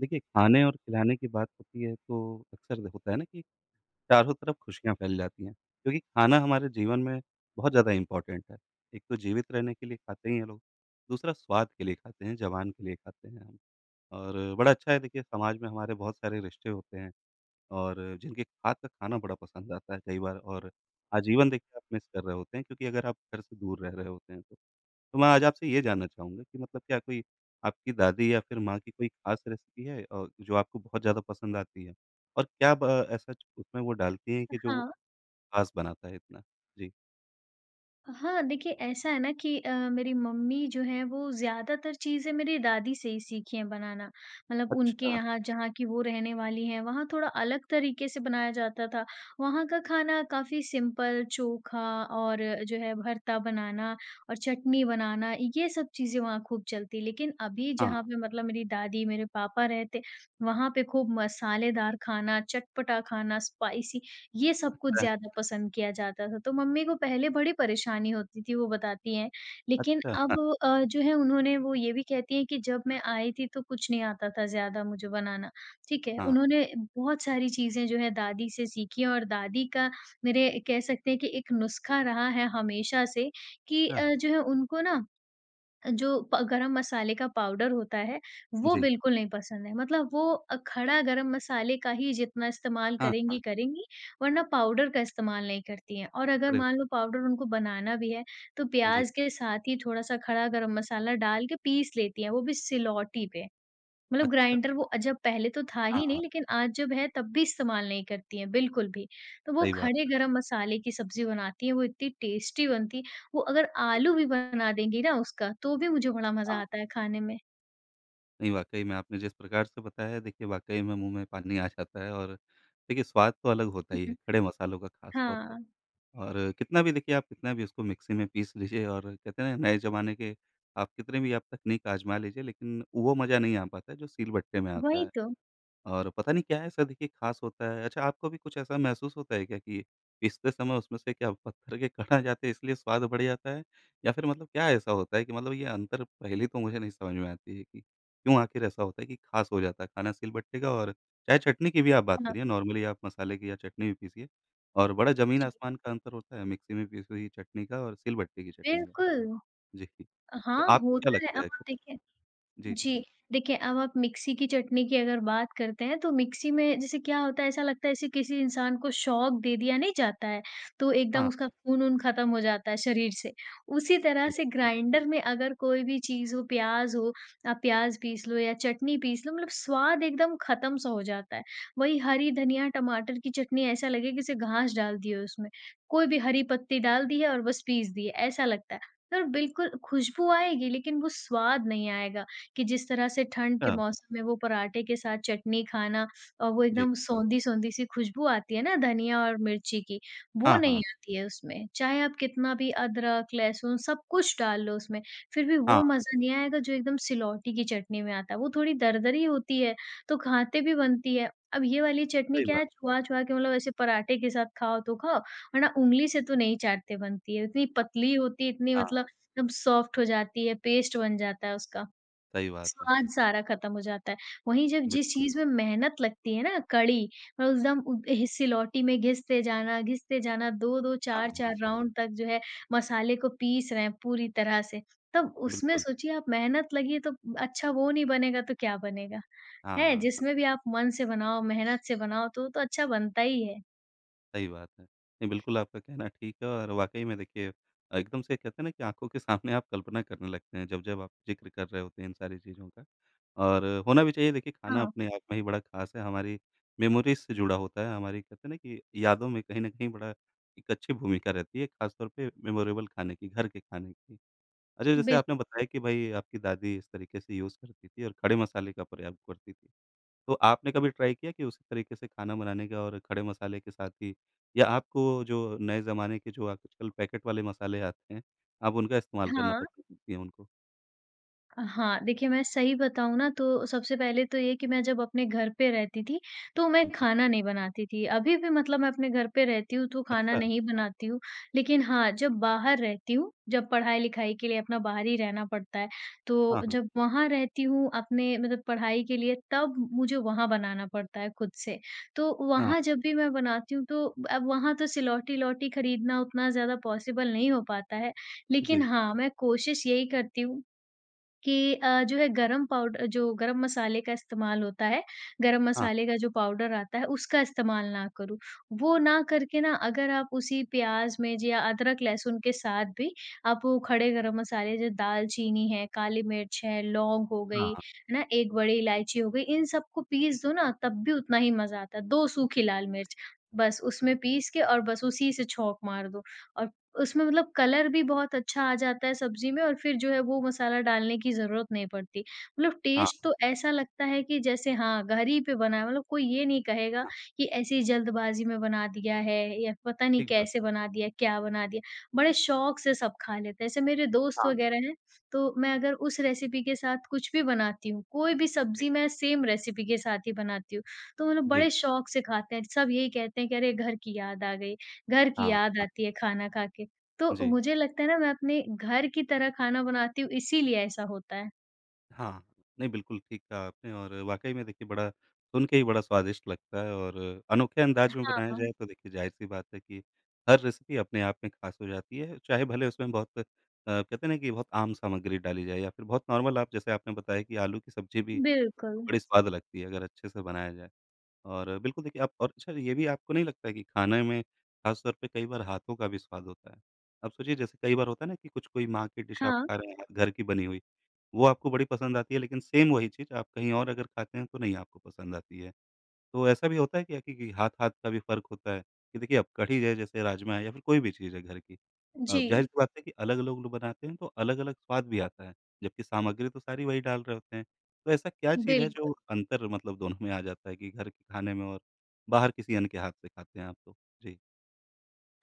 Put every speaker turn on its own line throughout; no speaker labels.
देखिए, खाने और खिलाने की बात होती है तो अक्सर होता है ना कि चारों तरफ खुशियाँ फैल जाती हैं क्योंकि खाना हमारे जीवन में बहुत ज़्यादा इम्पोर्टेंट है। एक तो जीवित रहने के लिए खाते ही हैं लोग, दूसरा स्वाद के लिए खाते हैं, ज़ुबान के लिए खाते हैं हम और बड़ा अच्छा है देखिए समाज में हमारे बहुत सारे रिश्ते होते हैं। और जिनके हाथ का खाना बड़ा पसंद आता है कई बार और आजीवन देखिए आप मिस कर रहे होते हैं क्योंकि अगर आप घर से दूर रह रहे होते हैं तो। तो मैं आज आपसे ये जानना चाहूँगा कि मतलब क्या कोई आपकी दादी या फिर माँ की कोई ख़ास रेसिपी है और जो आपको बहुत ज़्यादा पसंद आती है? और क्या ब ऐसा उसमें वो डालती हैं कि जो वो
हाँ,
ख़ास बनाता है इतना? जी।
हाँ, देखिए ऐसा है ना कि मेरी मम्मी जो है वो ज़्यादातर चीज़ें मेरी दादी से ही सीखी हैं बनाना। मतलब उनके
अच्छा,
यहाँ जहाँ की वो रहने वाली हैं, वहाँ थोड़ा अलग तरीके से बनाया जाता था। वहाँ का खाना काफ़ी सिंपल चोखा और जो है भरता बनाना और चटनी बनाना ये सब चीज़ें वहाँ खूब चलती। लेकिन अभी जहाँ
हाँ,
पे मतलब मेरी दादी, मेरे पापा रहते, वहाँ पे खूब मसालेदार खाना, चटपटा खाना, स्पाइसी ये सब कुछ
अ,
ज़्यादा पसंद किया जाता था। तो मम्मी को पहले बड़ी परेशानी होती थी, वो बताती हैं। लेकिन
अच्छा,
अब जो है उन्होंने वो ये भी कहती हैं कि जब मैं आई थी तो कुछ नहीं आता था ज़्यादा मुझे बनाना, ठीक है?
हाँ,
उन्होंने बहुत सारी चीज़ें जो है दादी से सीखी और दादी का मेरे कह सकते हैं कि एक नुस्खा रहा है हमेशा से कि
अच्छा।
जो है उनको ना जो प गरम मसाले का पाउडर होता है, वो
जी,
बिल्कुल नहीं पसंद है। मतलब वो खड़ा गरम मसाले का ही जितना इस्तेमाल
हाँ,
करेंगी,
हाँ।
करेंगी, वरना पाउडर का इस्तेमाल नहीं करती हैं। और अगर
अरे!
मान लो पाउडर उनको बनाना भी है, तो
जी,
प्याज़ के साथ ही थोड़ा-सा खड़ा गरम मसाला डाल के पीस लेती हैं, वो भी सिलौटी पे। मतलब
अच्छा,
ग्राइंडर वो जब पहले तो था
हाँ,
ही नहीं
हाँ,
लेकिन आज जब है तब भी इस्तेमाल नहीं करती हैं बिल्कुल भी। तो वो
सही बात
खड़े
है।
गरम मसाले की सब्ज़ी बनाती हैं, वो इतनी टेस्टी बनती है। वो अगर
जी,
आलू भी बना देंगी ना उसका तो भी मुझे बड़ा मज़ा
हाँ।
आता है खाने में।
नहीं, वाक़ई में आपने जिस प्रकार से बताया देखिए वाक़ई में मुँह में पानी आ जाता है और देखिए स्वाद तो अलग होता
हुँ,
ही है,
हुँ।
खड़े मसालों का ख़ास तौर पे
हाँ,
और कितना भी देखिए आप कितना भी उसको मिक्सी में पीस लीजिए और कहते हैं ना नए ज़माने के आप कितने भी आप तकनीक आज़मा लीजिए लेकिन वो मज़ा नहीं आ पाता है जो सील बट्टे में आता
वही
है।
तो।
और पता नहीं क्या ऐसा देखिए ख़ास होता है? अच्छा आपको भी कुछ ऐसा महसूस होता है क्या कि पीसते समय उसमें से क्या पत्थर के कण आ जाते हैं इसलिए स्वाद बढ़ जाता है? या फिर मतलब क्या ऐसा होता है कि मतलब ये अंतर पहेली तो मुझे नहीं समझ में आती है कि क्यों आखिर ऐसा होता है कि ख़ास हो जाता है खाना सिलबट्टे का और चाहे चटनी की भी आप बात
हाँ,
करिए नॉर्मली आप मसाले की या चटनी भी पीसिए और बड़ा ज़मीन
जी,
आसमान का अंतर होता है मिक्सी में पीसी हुई चटनी का और सिलबट्टे की चटनी का।
बिल्कुल।
जी। तो
हाँ,
आपको क्या
होता है
लगता
अब
है?
आप
कुछ?
देखिए
जी, जी।
जी। देखिए, अब आप मिक्सी की चटनी की अगर बात करते हैं, तो मिक्सी में जैसे क्या होता है, ऐसा लगता है जैसे किसी इंसान को शॉक दे दिया नहीं जाता है, तो एकदम
हाँ,
उसका खून-वून खत्म हो जाता है शरीर से। उसी
सही
तरह
बात
से
है।
ग्राइंडर में अगर कोई भी चीज़ हो, प्याज़ हो, आप प्याज़ पीस लो या चटनी पीस लो, मतलब स्वाद एकदम खत्म-सा हो जाता है। वही हरी धनिया, टमाटर की चटनी ऐसा लगे कि जैसे घास डाल दी हो उसमें। कोई भी हरी पत्ती डाल दी है और बस पीस दी है, ऐसा लगता है। और बिल्कुल खुशबू आएगी, लेकिन वो स्वाद नहीं आएगा। कि जिस तरह से ठंड के
अच्छा,
मौसम में वो पराठे के साथ चटनी खाना और वो
जी।
एकदम सौंधी-सौंधी सी खुशबू आती है ना धनिया और मिर्ची की, वो
हाँ,
नहीं
हाँ।
आती है उसमें। चाहे आप कितना भी अदरक, लहसुन सब कुछ डाल लो उसमें, फिर भी वो
हाँ,
मज़ा नहीं आएगा जो एकदम सिलौटी की चटनी में आता है। वो थोड़ी दरदरी होती है, तो खाते भी बनती है। अब ये वाली चटनी
सही
क्या है
बात।
चबा-चबा के मतलब ऐसे पराठे के साथ खाओ तो खाओ, वरना ऊँगली से तो नहीं चाटते बनती है। इतनी पतली होती है, इतनी
हाँ,
मतलब
हाँ,
एकदम सॉफ्ट हो जाती है, पेस्ट बन जाता है उसका।
सही बात है।
स्वाद सारा खत्म हो जाता है। वहीं जब
बिल
जिस चीज़ में मेहनत लगती है ना कड़ी और एकदम सिलौटी में घिसते जाना 2-2
हाँ, हाँ,
4-4 राउंड तक जो है मसाले को पीस रहे हैं पूरी तरह से। तब उसमें
बिल्कुल।
सोचिए आप मेहनत लगी है, तो अच्छा वो नहीं बनेगा तो क्या बनेगा?
हाँ,
है
हाँ, हाँ,
जिसमें भी आप मन से बनाओ, मेहनत से बनाओ तो अच्छा बनता ही है।
सही बात है। नहीं, बिल्कुल आपका कहना ठीक है और वाक़ई में देखिए एकदम से कहते हैं ना कि आँखों के सामने आप कल्पना करने लगते हैं जब-जब आप ज़िक्र कर रहे होते हैं इन सारी चीज़ों का। और होना भी चाहिए देखिए खाना
हाँ,
अपने आप में ही बड़ा ख़ास है, हमारी मेमोरीज़ से जुड़ा होता है, हमारी कहते हैं ना कि यादों में कहीं न कहीं बड़ा एक अच्छी भूमिका रहती है, ख़ासतौर पे मेमोरेबल खाने की, घर के खाने की। अच्छा जैसे
बिल
आपने बताया कि भई आपकी दादी इस तरीके से यूज़ करती थी और खड़े मसाले का प्रयोग करती थी। तो आपने कभी ट्राई किया कि उसी तरीके से खाना बनाने का और खड़े मसाले के साथ ही या आपको जो नए ज़माने के जो आजकल पैकेट वाले मसाले आते हैं, आप उनका इस्तेमाल करना
हाँ।
पसंद करती हैं उनको?
हाँ, देखिए मैं सही बताऊँ ना तो सबसे पहले तो ये कि मैं जब अपने घर पे रहती थी, तो मैं
ठीक है।
खाना नहीं बनाती थी। अभी भी मतलब मैं अपने घर पे रहती हूँ तो खाना
अच्छा।
नहीं बनाती हूँ। लेकिन हाँ, जब बाहर रहती हूँ, जब पढ़ाई-लिखाई के लिए अपना बाहर ही रहना पड़ता है, तो
हाँ, हाँ।
जब वहाँ रहती हूँ अपने मतलब पढ़ाई के लिए तब मुझे वहाँ बनाना पड़ता है खुद से। तो
हाँ,
वहाँ जब भी मैं बनाती हूँ तो अब वहाँ तो सिलौटी-इलौटी खरीदना उतना ज़्यादा पॉसिबल नहीं हो पाता है। लेकिन
जी।
हाँ, मैं कोशिश यही करती हूँ कि जो है गरम पाउडर जो गरम मसाले का इस्तेमाल होता है, गरम
हाँ,
मसाले का जो पाउडर आता है उसका इस्तेमाल ना करूँ। वो ना करके ना अगर आप उसी प्याज़ में ज या अदरक-लहसुन के साथ भी आप वो खड़े गरम मसाले जैसे दालचीनी है, काली मिर्च है, लौंग हो गई,
हाँ,
है ना? एक बड़ी इलायची हो गई, इन सबको पीस दो ना तब भी उतना ही मज़ा आता है। 2 सूखी लाल मिर्च, बस उसमें पीस के और बस उसी से छौंक मार दो और उसमें मतलब कलर भी बहुत अच्छा आ जाता है सब्ज़ी में और फिर जो है वो मसाला डालने की ज़रूरत नहीं पड़ती। मतलब
हाँ,
टेस्ट तो ऐसा लगता है कि जैसे हाँ, घर ही पे बना है मतलब कोई ये नहीं कहेगा
हाँ,
कि ऐसे ही जल्दबाज़ी में बना दिया है या पता नहीं
ठीक बात
कैसे
है।
बना दिया, क्या बना दिया। बड़े शौक से सब खा लेते हैं। ऐसे मेरे दोस्त
हाँ,
वग़ैरह हैं, तो मैं अगर उस रेसिपी के साथ कुछ भी बनाती हूँ, कोई भी
जी,
सब्ज़ी मैं सेम रेसिपी के साथ ही बनाती हूँ। तो मतलब
जी।
बड़े शौक से खाते हैं। सब यही कहते हैं कि अरे! घर की याद आ गई, घर की
हाँ,
याद
हाँ,
आती है खाना खा के। तो
जी।
मुझे लगता है ना मैं अपने घर की तरह खाना बनाती हूँ इसीलिए ऐसा होता है।
हाँ, नहीं बिल्कुल ठीक कहा आपने और वाक़ई में देखिए बड़ा सुन के ही बड़ा स्वादिष्ट लगता है और अनोखे अंदाज में बनाया
हाँ।
जाए तो देखिए ज़ाहिर-सी बात है कि हर रेसिपी अपने आप में ख़ास हो जाती है, चाहे भले उसमें बहुत कहते हैं ना कि बहुत आम सामग्री डाली जाए या फिर बहुत नॉर्मल आप जैसे आपने बताया कि आलू की सब्ज़ी भी
बिल्कुल,
बड़ी स्वाद लगती है अगर अच्छे से बनाया जाए। और बिल्कुल देखिए आप और अच्छा ये भी आपको नहीं लगता है कि खाने में ख़ास तौर पे कई बार हाथों का भी स्वाद होता है? आप सोचिए जैसे कई बार होता है ना कि कुछ कोई माँ की डिश आप
हाँ,
खा रहे हैं घर की बनी हुई वो आपको बड़ी पसंद आती है लेकिन सेम वही चीज़ आप कहीं और अगर खाते हैं तो नहीं आपको पसंद आती है। तो ऐसा भी होता है क्या कि हाथ-हाथ का भी फ़र्क होता है? कि देखिए अब कढ़ी है जैसे राजमा है या फिर कोई भी चीज़ है घर की।
जी,
ज़ाहिर-सी बात है कि अलग-अलग लोग बनाते हैं तो अलग-अलग स्वाद भी आता है। जबकि सामग्री तो सारी वही डाल रहे होते हैं। तो ऐसा क्या चीज़ है
बिल्कुल।
जो अंतर मतलब दोनों में आ जाता है कि घर के खाने में और बाहर किसी अन्य के हाथ से खाते हैं आप तो? जी।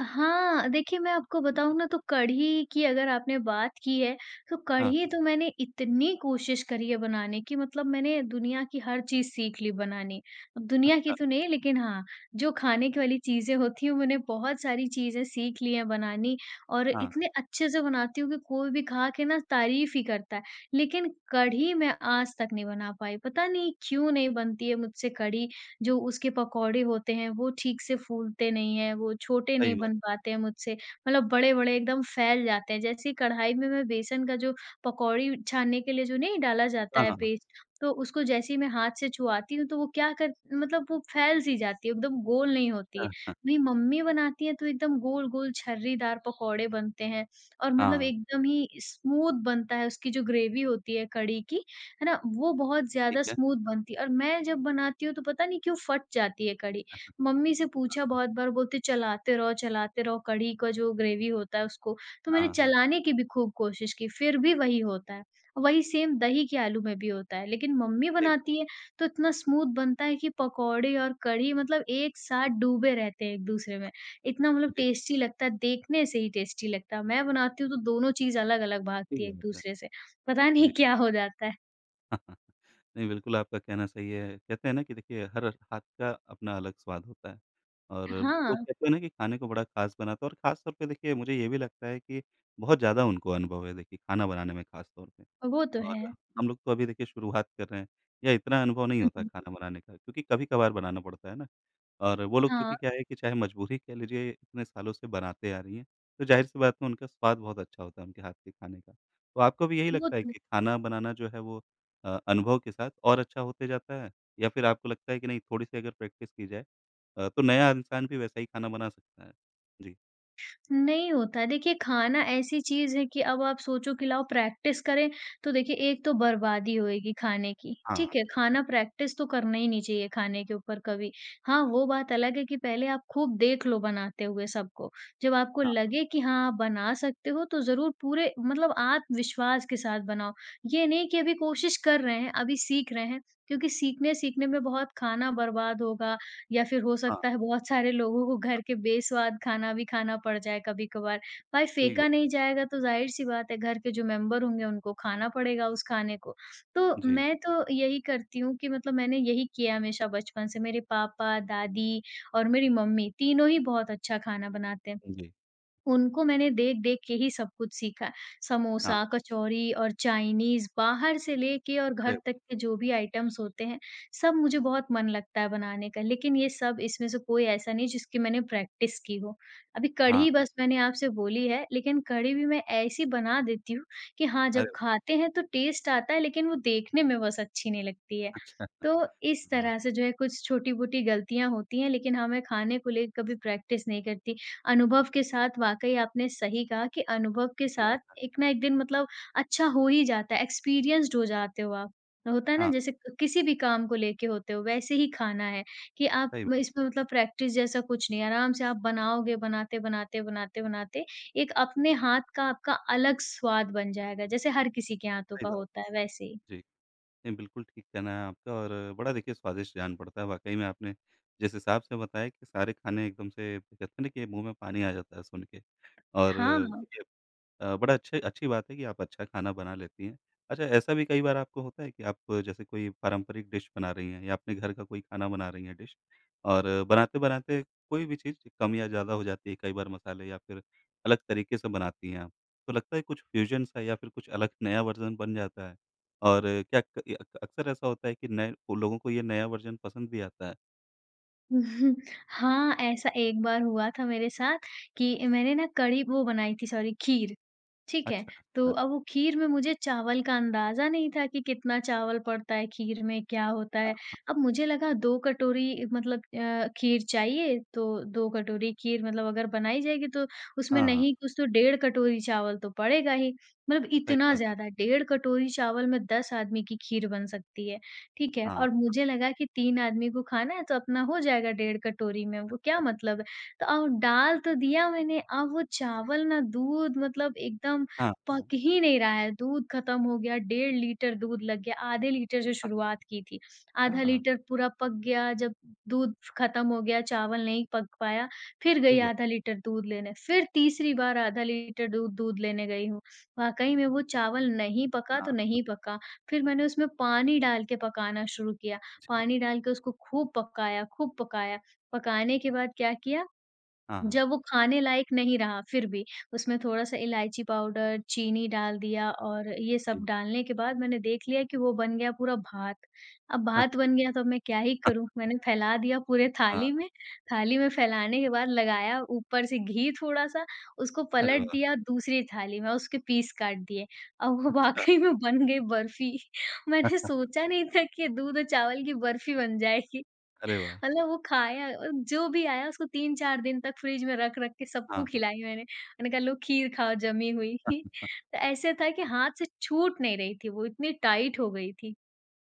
हाँ, देखिए मैं आपको बताऊँ ना तो कढ़ी की अगर आपने बात की है, तो
हाँ, हाँ।
कढ़ी तो मैंने इतनी कोशिश करी है बनाने की मतलब मैंने दुनिया की हर चीज़ सीख ली बनानी। अब दुनिया की
अच्छा,
तो नहीं लेकिन हाँ, जो खाने की वाली चीज़ें होती हैं मैंने बहुत सारी चीज़ें सीख ली हैं बनानी और
हाँ,
इतने अच्छे से बनाती हूँ कि कोई भी खा के ना तारीफ़ ही करता है। लेकिन कढ़ी मैं आज तक नहीं बना पाई, पता नहीं क्यों नहीं बनती है मुझसे कढ़ी? जो उसके पकौड़े होते हैं वो ठीक से फूलते नहीं हैं, वो छोटे नहीं
सही बात।
बन पाते हैं मुझसे, मतलब बड़े-बड़े एकदम फैल जाते हैं। जैसे ही कढ़ाई में मैं बेसन का जो पकौड़ी छानने के लिए जो नहीं डाला जाता
हाँ,
है
हाँ, हाँ।
पेस्ट, तो उसको जैसे ही मैं हाथ से छुआती हूँ, तो वो क्या कर मतलब वो फैल-सी जाती है, एकदम गोल नहीं होती है।
हाँ, हाँ।
मेरी मम्मी बनाती हैं, तो एकदम गोल-गोल छर्रीदार पकौड़े बनते हैं और मतलब
हाँ,
एकदम ही स्मूथ बनता है, उसकी जो ग्रेवी होती है कढ़ी की, है ना? वो बहुत
ठीक
ज़्यादा
है।
स्मूथ बनती है और मैं जब बनाती हूँ तो पता नहीं क्यों फट जाती है कढ़ी। मम्मी से पूछा बहुत बार बोलते चलाते रहो कढ़ी का जो ग्रेवी होता है उसको, तो
हाँ,
मैंने
हाँ, हाँ,
चलाने की भी खूब कोशिश की फिर भी वही होता है। वही सेम दही के आलू में भी होता है लेकिन मम्मी
सही बात।
बनाती है तो इतना स्मूथ बनता है कि पकौड़े और कढ़ी मतलब एक साथ डूबे रहते हैं एक-दूसरे में। इतना मतलब टेस्टी लगता है, देखने से ही टेस्टी लगता है। मैं बनाती हूँ तो दोनों चीज़ अलग-अलग भागती
ठीक
है
बात है।
एक-दूसरे से। पता नहीं
जी।
क्या हो जाता है।
नहीं, बिल्कुल आपका कहना सही है। कहते हैं ना कि देखिए हर हाथ का अपना अलग स्वाद होता है और
हाँ,
लोग कहते हैं ना कि खाने को बड़ा ख़ास बनाता है और ख़ास तौर पे देखिए मुझे ये भी लगता है कि बहुत ज़्यादा उनको अनुभव है देखिए खाना बनाने में ख़ास तौर पे।
वो तो
और
है।
हम लोग तो अभी देखिए शुरुआत कर रहे हैं या इतना अनुभव नहीं
हुँ,
होता
हुँ।
खाना बनाने का क्योंकि कभी-कभार बनाना पड़ता है ना। और वो लोग
हाँ,
चूँकि क्या है कि चाहे मजबूरी कह लीजिए इतने सालों से बनाते आ रही हैं, तो ज़ाहिर-सी बात है उनका स्वाद बहुत अच्छा होता है उनके हाथ के खाने का। तो आपको भी यही
वो
लगता है
तो है।
कि खाना बनाना जो है वो अनुभव के साथ और अच्छा होते जाता है? या फिर आपको लगता है कि नहीं थोड़ी-सी अगर प्रैक्टिस की जाए तो नया इंसान भी वैसा ही खाना बना सकता है? जी।
नहीं होता है। देखिए, खाना ऐसी चीज़ है कि अब आप सोचो कि लाओ प्रैक्टिस करें, तो देखिए एक तो बर्बादी होएगी खाने की,
हाँ, हाँ।
ठीक है? खाना
जी।
प्रैक्टिस तो करना ही नहीं चाहिए खाने के ऊपर कभी। हाँ, वो बात अलग है कि पहले आप खूब देख लो बनाते हुए सबको। जब आपको
हाँ,
लगे कि हाँ, आप बना सकते हो, तो ज़रूर पूरे मतलब आत्मविश्वास के साथ बनाओ। ये नहीं कि अभी कोशिश कर रहे हैं, अभी सीख रहे हैं, क्योंकि सीखने-सीखने में बहुत खाना बर्बाद होगा, या फिर हो
हाँ।
सकता है बहुत सारे लोगों को घर के बेस्वाद खाना भी खाना पड़ जाए कभी-कभार। भाई
ठीक
फेंका
बात।
नहीं जाएगा तो ज़ाहिर-सी बात है घर के जो मेंबर होंगे उनको खाना पड़ेगा उस खाने को। तो
जी,
मैं तो यही करती हूँ कि मतलब मैंने यही किया हमेशा बचपन से। मेरे पापा, दादी और मेरी मम्मी तीनों ही बहुत अच्छा खाना बनाते हैं।
जी।
उनको मैंने देख-देख के ही सब कुछ सीखा।
हाँ,
समोसा, कचौरी और चाइनीज़ बाहर से लेके और घर
अरे!
तक के जो भी आइटम्स होते हैं, सब मुझे बहुत मन लगता है बनाने का। लेकिन ये सब इसमें से कोई ऐसा नहीं जिसकी मैंने प्रैक्टिस की हो। अभी
हाँ,
कढ़ी
हाँ।
बस मैंने आपसे बोली है, लेकिन कढ़ी भी मैं ऐसी बना देती हूँ कि हाँ, जब
अरे!
खाते हैं तो टेस्ट आता है लेकिन वो देखने में बस अच्छी नहीं लगती है।
अच्छा,
तो इस
हाँ,
तरह से जो है कुछ छोटी-मोटी गलतियाँ होती हैं लेकिन हाँ, मैं खाने को लेके कभी प्रैक्टिस नहीं करती। अनुभव के साथ वाक़ई आपने सही कहा कि अनुभव के
ठीक
साथ
बात है।
एक ना एक दिन मतलब अच्छा हो ही जाता है, एक्सपीरियंस्ड हो जाते हो आप। होता है ना
हाँ,
जैसे क किसी भी काम को लेके होते हो वैसे ही खाना है कि आप
सही
म
बात है,
इसमें मतलब प्रैक्टिस जैसा कुछ नहीं है, आराम से आप बनाओगे बनाते-बनाते, बनाते-बनाते एक अपने हाथ का आपका अलग स्वाद बन जाएगा, जैसे हर किसी के हाथों
सही
का
बात
होता है
है।
वैसे ही।
जी, नहीं बिल्कुल ठीक कहना है आपका और बड़ा देखिए स्वादिष्ट जान पड़ता है वाक़ई में आपने जिस हिसाब से बताया कि सारे खाने एकदम से कहते हैं ना कि मुँह में पानी आ जाता है सुन के और
हाँ।
देखिए बड़ा अच्छे अच्छी बात है कि आप अच्छा खाना बना लेती हैं। अच्छा ऐसा भी कई बार आपको होता है कि आप जैसे कोई पारंपरिक डिश बना रही हैं या अपने घर का कोई खाना बना रही हैं डिश और बनाते-बनाते कोई भी चीज़ कम या ज़्यादा हो जाती है, कई बार मसाले या फिर अलग तरीके से बनाती हैं आप। तो लगता है कुछ फ्यूज़न सा या फिर कुछ अलग नया वर्ज़न बन जाता है और क्या अक्सर ऐसा होता है कि नए वो लोगों को ये नया वर्ज़न पसंद भी आता है?
हाँ, ऐसा एक बार हुआ था मेरे साथ कि मैंने ना कढ़ी वो बनाई थी सॉरी खीर। ठीक है,
अच्छा,
तो
हाँ,
अब वो खीर में मुझे चावल का अंदाज़ा नहीं था कि कितना चावल पड़ता है खीर में, क्या होता है? अब मुझे लगा 2 कटोरी मतलब खीर चाहिए, तो 2 कटोरी खीर मतलब अगर बनाई जाएगी तो उसमें
हाँ, हाँ,
नहीं कुछ तो डेढ़ कटोरी चावल तो पड़ेगा ही। मतलब
सही
इतना
बात है।
ज़्यादा, डेढ़ कटोरी चावल में 10 आदमी की खीर बन सकती है, ठीक है?
हाँ,
और मुझे लगा कि 3 आदमी को खाना है तो अपना हो जाएगा डेढ़ कटोरी में, वो क्या
अच्छा,
मतलब है? तो अब डाल तो दिया मैंने, अब वो चावल ना दूध मतलब एकदम
हाँ, हाँ,
पक ही नहीं रहा है, दूध खत्म हो गया, डेढ़ लीटर दूध लग गया, आधे लीटर जो शुरुआत की थी,
हाँ,
आधा
हाँ,
लीटर पूरा पक गया, जब दूध खत्म हो गया, चावल नहीं पक पाया, फिर गई
ठीक बात
आधा लीटर दूध लेने, फिर तीसरी बार आधा लीटर दूध दूध लेने गई हूँ, वाक़ई में वो चावल नहीं
है।
पका तो
हाँ,
नहीं पका, फिर मैंने उसमें पानी डाल के पकाना शुरू किया,
जी।
पानी डाल के उसको खूब पकाया, पकाने के बाद क्या किया
हाँ, हाँ।
जब वो खाने लायक नहीं रहा फिर भी, उसमें थोड़ा-सा इलायची पाउडर, चीनी डाल दिया और ये सब
जी।
डालने के बाद मैंने देख लिया कि वो बन गया पूरा भात। अब भात
अच्छा।
बन गया तो अब मैं क्या ही
हाँ,
करूँ? मैंने फैला दिया पूरे
हाँ।
थाली में फैलाने के बाद लगाया ऊपर से घी थोड़ा-सा, उसको
अरे
पलट
वाह!
दिया दूसरी थाली में और उसके पीस काट दिए। अब वो
अच्छा।
वाक़ई में बन गई बर्फ़ी। मैंने सोचा नहीं था कि दूध और चावल की बर्फ़ी बन जाएगी।
अरे वाह!
मतलब वो खाया और जो भी आया उसको 3-4 दिन तक फ्रिज में रख-रख के सबको
हाँ, हाँ।
खिलाई मैंने। मैंने कहा लो खीर खाओ जमी हुई। तो ऐसे था कि हाथ से छूट नहीं रही थी वो इतनी टाइट हो गई थी।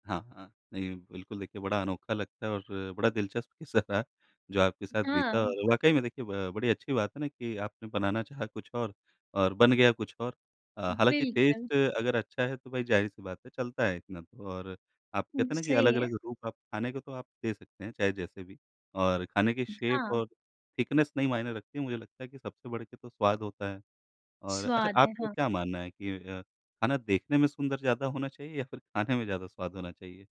हाँ, हाँ। नहीं, बिल्कुल देखिए बड़ा अनोखा लगता है और बड़ा दिलचस्प किस्सा रहा जो आपके साथ
हाँ,
बीता और वाक़ई में देखिए ब बड़ी अच्छी बात है ना कि आपने बनाना चाहा कुछ और बन गया कुछ और। हालाँकि
बिल्कुल।
टेस्ट अगर अच्छा है तो भाई ज़ाहिर-सी बात है चलता है इतना तो और आप कहते हैं ना कि
सही है।
अलग-अलग रूप आप खाने को तो आप दे सकते हैं चाहे जैसे भी और खाने की शेप
हाँ,
और थिकनेस नहीं मायने रखती है, मुझे लगता है कि सबसे बढ़ के तो स्वाद होता है। और अच्छा
स्वाद है,
आपका
हाँ।
क्या मानना है कि खाना देखने में सुंदर ज़्यादा होना चाहिए या फिर खाने में ज़्यादा स्वाद होना चाहिए?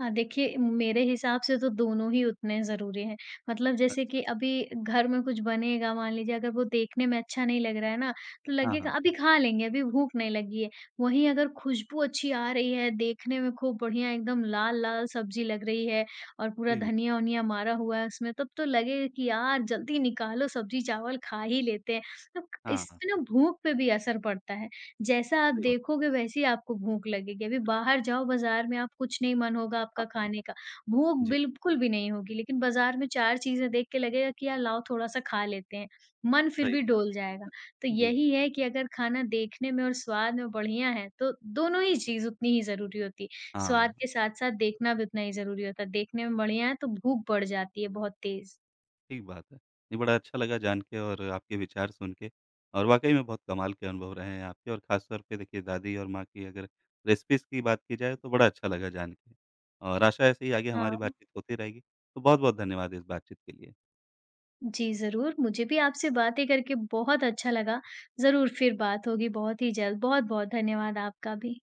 हाँ, देखिए मेरे हिसाब से तो दोनों ही उतने ज़रूरी हैं। मतलब जैसे कि
अच्छा,
अभी घर में कुछ बनेगा मान लीजिए अगर वो देखने में अच्छा नहीं लग रहा है ना, तो
हाँ,
लगेगा
हाँ,
अभी खा लेंगे, अभी भूख नहीं लगी है। वहीं अगर खुशबू अच्छी आ रही है, देखने में खूब बढ़िया एकदम लाल-लाल सब्ज़ी लग रही है और पूरा
सही बात।
धनिया-वनिया मारा हुआ है उसमें, तब तो लगेगा कि यार जल्दी निकालो सब्ज़ी-चावल खा ही लेते हैं। तो
हाँ, हाँ,
इससे ना भूख पे भी असर पड़ता है। जैसा आप
सही बात।
देखोगे वैसी आपको भूख लगेगी। अभी बाहर जाओ बाज़ार में आप कुछ नहीं मन होगा आपका
हाँ,
खाने का, भूख
जी,
बिल्कुल भी नहीं होगी। लेकिन बाज़ार में 4 चीज़ें देख के लगेगा कि यार लाओ थोड़ा-सा खा लेते हैं, मन फिर
सही
भी
बात।
डोल जाएगा।
हाँ,
तो
जी,
यही है कि अगर खाना देखने में और स्वाद में बढ़िया है, तो दोनों ही चीज़ उतनी ही ज़रूरी होती है। स्वाद
हाँ,
के साथ-साथ देखना भी उतना ही ज़रूरी होता है। देखने में बढ़िया है तो भूख बढ़ जाती है बहुत तेज़।
ठीक बात है। नहीं, बड़ा अच्छा लगा जान के और आपके विचार सुन के और वाक़ई में बहुत कमाल के अनुभव रहे हैं आपके और ख़ास तौर पे देखिए दादी और माँ की अगर रेसिपीज़ की बात की जाए तो बड़ा अच्छा लगा जान के और आशा है ऐसे ही आगे हमारी
हाँ।
बातचीत होती रहेगी। तो बहुत-बहुत धन्यवाद इस बातचीत के लिए।
जी, ज़रूर। मुझे भी आपसे बातें करके बहुत अच्छा लगा। ज़रूर फिर बात होगी बहुत ही जल्द। बहुत-बहुत धन्यवाद आपका भी।